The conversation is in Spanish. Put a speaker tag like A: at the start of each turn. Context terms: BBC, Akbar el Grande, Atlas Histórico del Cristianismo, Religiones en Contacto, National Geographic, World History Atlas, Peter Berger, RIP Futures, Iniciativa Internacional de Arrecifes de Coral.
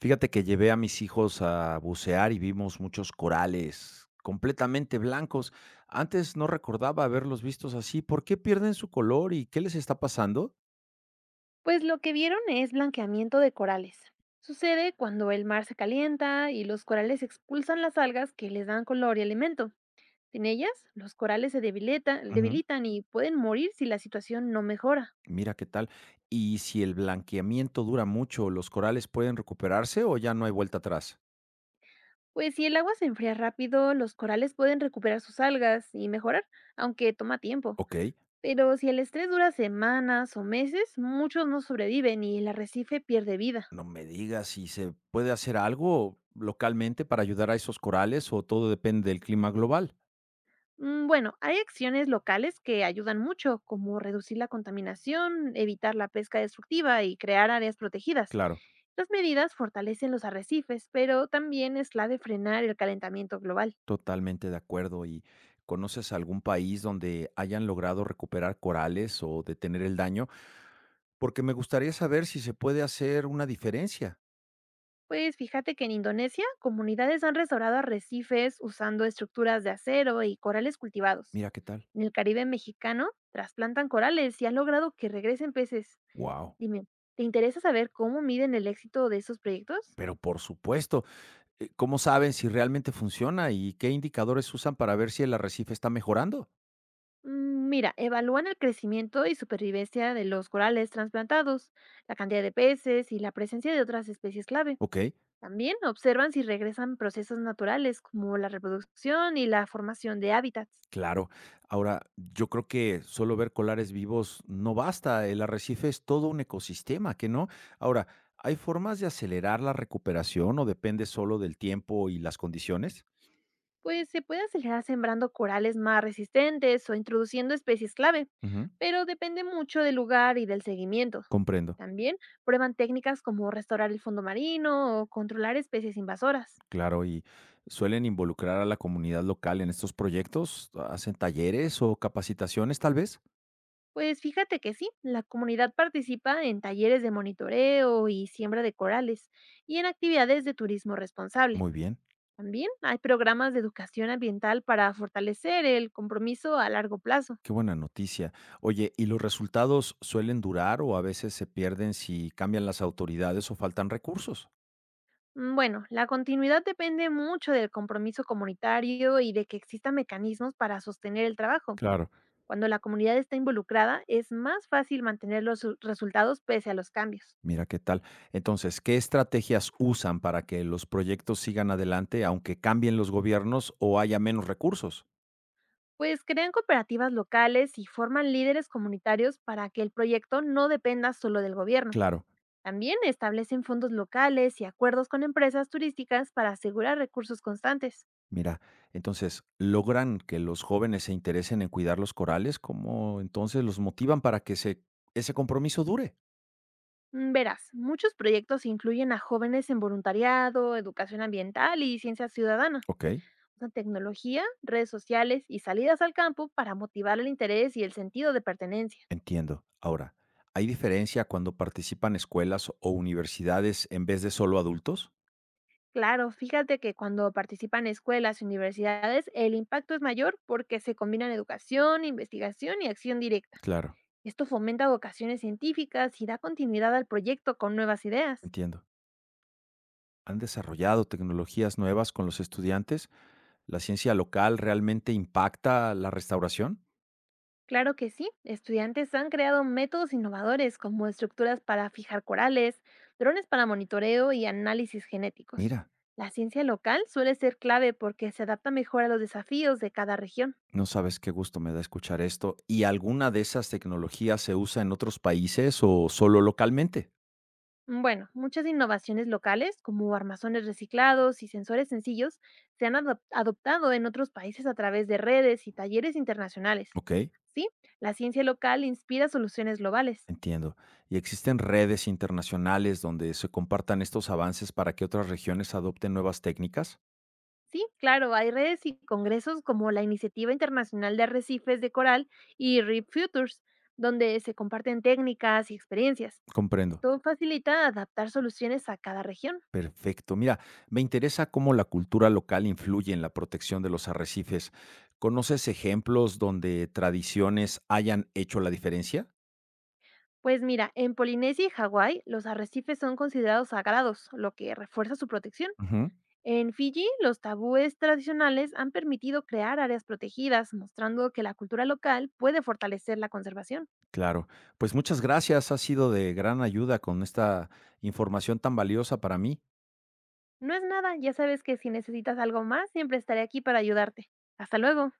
A: Fíjate que llevé a mis hijos a bucear y vimos muchos corales completamente blancos. Antes no recordaba haberlos vistos así. ¿Por qué pierden su color y qué les está pasando?
B: Pues lo que vieron es blanqueamiento de corales. Sucede cuando el mar se calienta y los corales expulsan las algas que les dan color y alimento. Sin ellas, los corales
A: Ujú.
B: debilitan y pueden morir si la situación no mejora.
A: Mira qué tal. ¿Y si el blanqueamiento dura mucho, los corales pueden recuperarse o ya no hay vuelta atrás?
B: Pues si el agua se enfría rápido, los corales pueden recuperar sus algas y mejorar, aunque toma tiempo.
A: Ok,
B: Pero si el estrés dura semanas o meses, muchos no sobreviven y el arrecife pierde vida.
A: no me digas si se puede hacer algo localmente para ayudar a esos corales o todo depende del clima global.
B: Bueno, hay acciones locales que ayudan mucho, como reducir la contaminación, evitar la pesca destructiva y crear áreas protegidas.
A: Claro.
B: Estas medidas fortalecen los arrecifes, pero también es clave frenar el calentamiento global.
A: Totalmente de acuerdo. ¿Y conoces algún país donde hayan logrado recuperar corales o detener el daño? Porque me gustaría saber si se puede hacer una diferencia.
B: Pues fíjate que en Indonesia, comunidades han restaurado arrecifes usando estructuras de acero y corales cultivados.
A: Mira qué tal.
B: En el Caribe mexicano, trasplantan corales y han logrado que regresen peces.
A: Wow.
B: Dime, ¿te interesa saber cómo miden el éxito de esos proyectos?
A: Pero por supuesto, ¿cómo saben si realmente funciona y qué indicadores usan para ver si el arrecife está mejorando?
B: Mira, evalúan el crecimiento y supervivencia de los corales transplantados, la cantidad de peces y la presencia de otras especies clave.
A: Ok.
B: También observan si regresan procesos naturales como la reproducción y la formación de hábitats.
A: Claro. Ahora, yo creo que solo ver colares vivos no basta. El arrecife es todo un ecosistema, ¿que no? Ahora, ¿hay formas de acelerar la recuperación o depende solo del tiempo y las condiciones?
B: Pues se puede acelerar sembrando corales más resistentes o introduciendo especies clave,
A: Ujú,
B: pero depende mucho del lugar y del seguimiento.
A: comprendo.
B: También prueban técnicas como restaurar el fondo marino o controlar especies invasoras.
A: Claro, y suelen involucrar a la comunidad local en estos proyectos, hacen talleres o capacitaciones, tal vez.
B: Pues fíjate que sí, la comunidad participa en talleres de monitoreo y siembra de corales y en actividades de turismo responsable.
A: Muy bien,
B: También hay programas de educación ambiental para fortalecer el compromiso a largo plazo.
A: qué buena noticia. Oye, ¿y los resultados suelen durar o a veces se pierden si cambian las autoridades o faltan recursos?
B: Bueno, la continuidad depende mucho del compromiso comunitario y de que existan mecanismos para sostener el trabajo.
A: Claro.
B: Cuando la comunidad está involucrada, es más fácil mantener resultados pese a los cambios.
A: Mira qué tal. Entonces, ¿qué estrategias usan para que los proyectos sigan adelante aunque cambien los gobiernos o haya menos recursos?
B: Pues crean cooperativas locales y forman líderes comunitarios para que el proyecto no dependa solo del gobierno.
A: Claro,
B: También establecen fondos locales y acuerdos con empresas turísticas para asegurar recursos constantes.
A: mira, entonces, ¿logran que los jóvenes se interesen en cuidar los corales? ¿Cómo entonces los motivan para que ese compromiso dure?
B: Verás, muchos proyectos incluyen a jóvenes en voluntariado, educación ambiental y ciencia ciudadana,
A: Ok,
B: usan tecnología, redes sociales y salidas al campo para motivar el interés y el sentido de pertenencia.
A: entiendo. Ahora, ¿hay diferencia cuando participan escuelas o universidades en vez de solo adultos?
B: Claro, fíjate que cuando participan escuelas y universidades, el impacto es mayor porque se combinan educación, investigación y acción directa.
A: Claro,
B: Esto fomenta vocaciones científicas y da continuidad al proyecto con nuevas ideas.
A: entiendo. ¿Han desarrollado tecnologías nuevas con los estudiantes? ¿La ciencia local realmente impacta la restauración?
B: Claro que sí, estudiantes han creado métodos innovadores como estructuras para fijar corales, drones para monitoreo y análisis genéticos.
A: Mira,
B: La ciencia local suele ser clave porque se adapta mejor a los desafíos de cada región.
A: no sabes qué gusto me da escuchar esto. ¿Y alguna de esas tecnologías se usa en otros países o solo localmente?
B: Bueno, muchas innovaciones locales, como armazones reciclados y sensores sencillos, adoptado en otros países a través de redes y talleres internacionales.
A: Ok,
B: Sí, la ciencia local inspira soluciones globales.
A: entiendo. ¿Y existen redes internacionales donde se compartan estos avances para que otras regiones adopten nuevas técnicas?
B: Sí, claro, hay redes y congresos como la Iniciativa Internacional de Arrecifes de Coral y RIP Futures, donde se comparten técnicas y experiencias.
A: Comprendo.
B: Esto facilita adaptar soluciones a cada región.
A: Perfecto. Mira, me interesa cómo la cultura local influye en la protección de los arrecifes. ¿Conoces ejemplos donde tradiciones hayan hecho la diferencia?
B: Pues mira, en Polinesia y Hawái los arrecifes son considerados sagrados, lo que refuerza su protección.
A: Ujú.
B: En Fiji, los tabúes tradicionales han permitido crear áreas protegidas, mostrando que la cultura local puede fortalecer la conservación.
A: Claro. Pues muchas gracias, ha sido de gran ayuda con esta información tan valiosa para mí.
B: No es nada, ya sabes que si necesitas algo más, siempre estaré aquí para ayudarte. Hasta luego.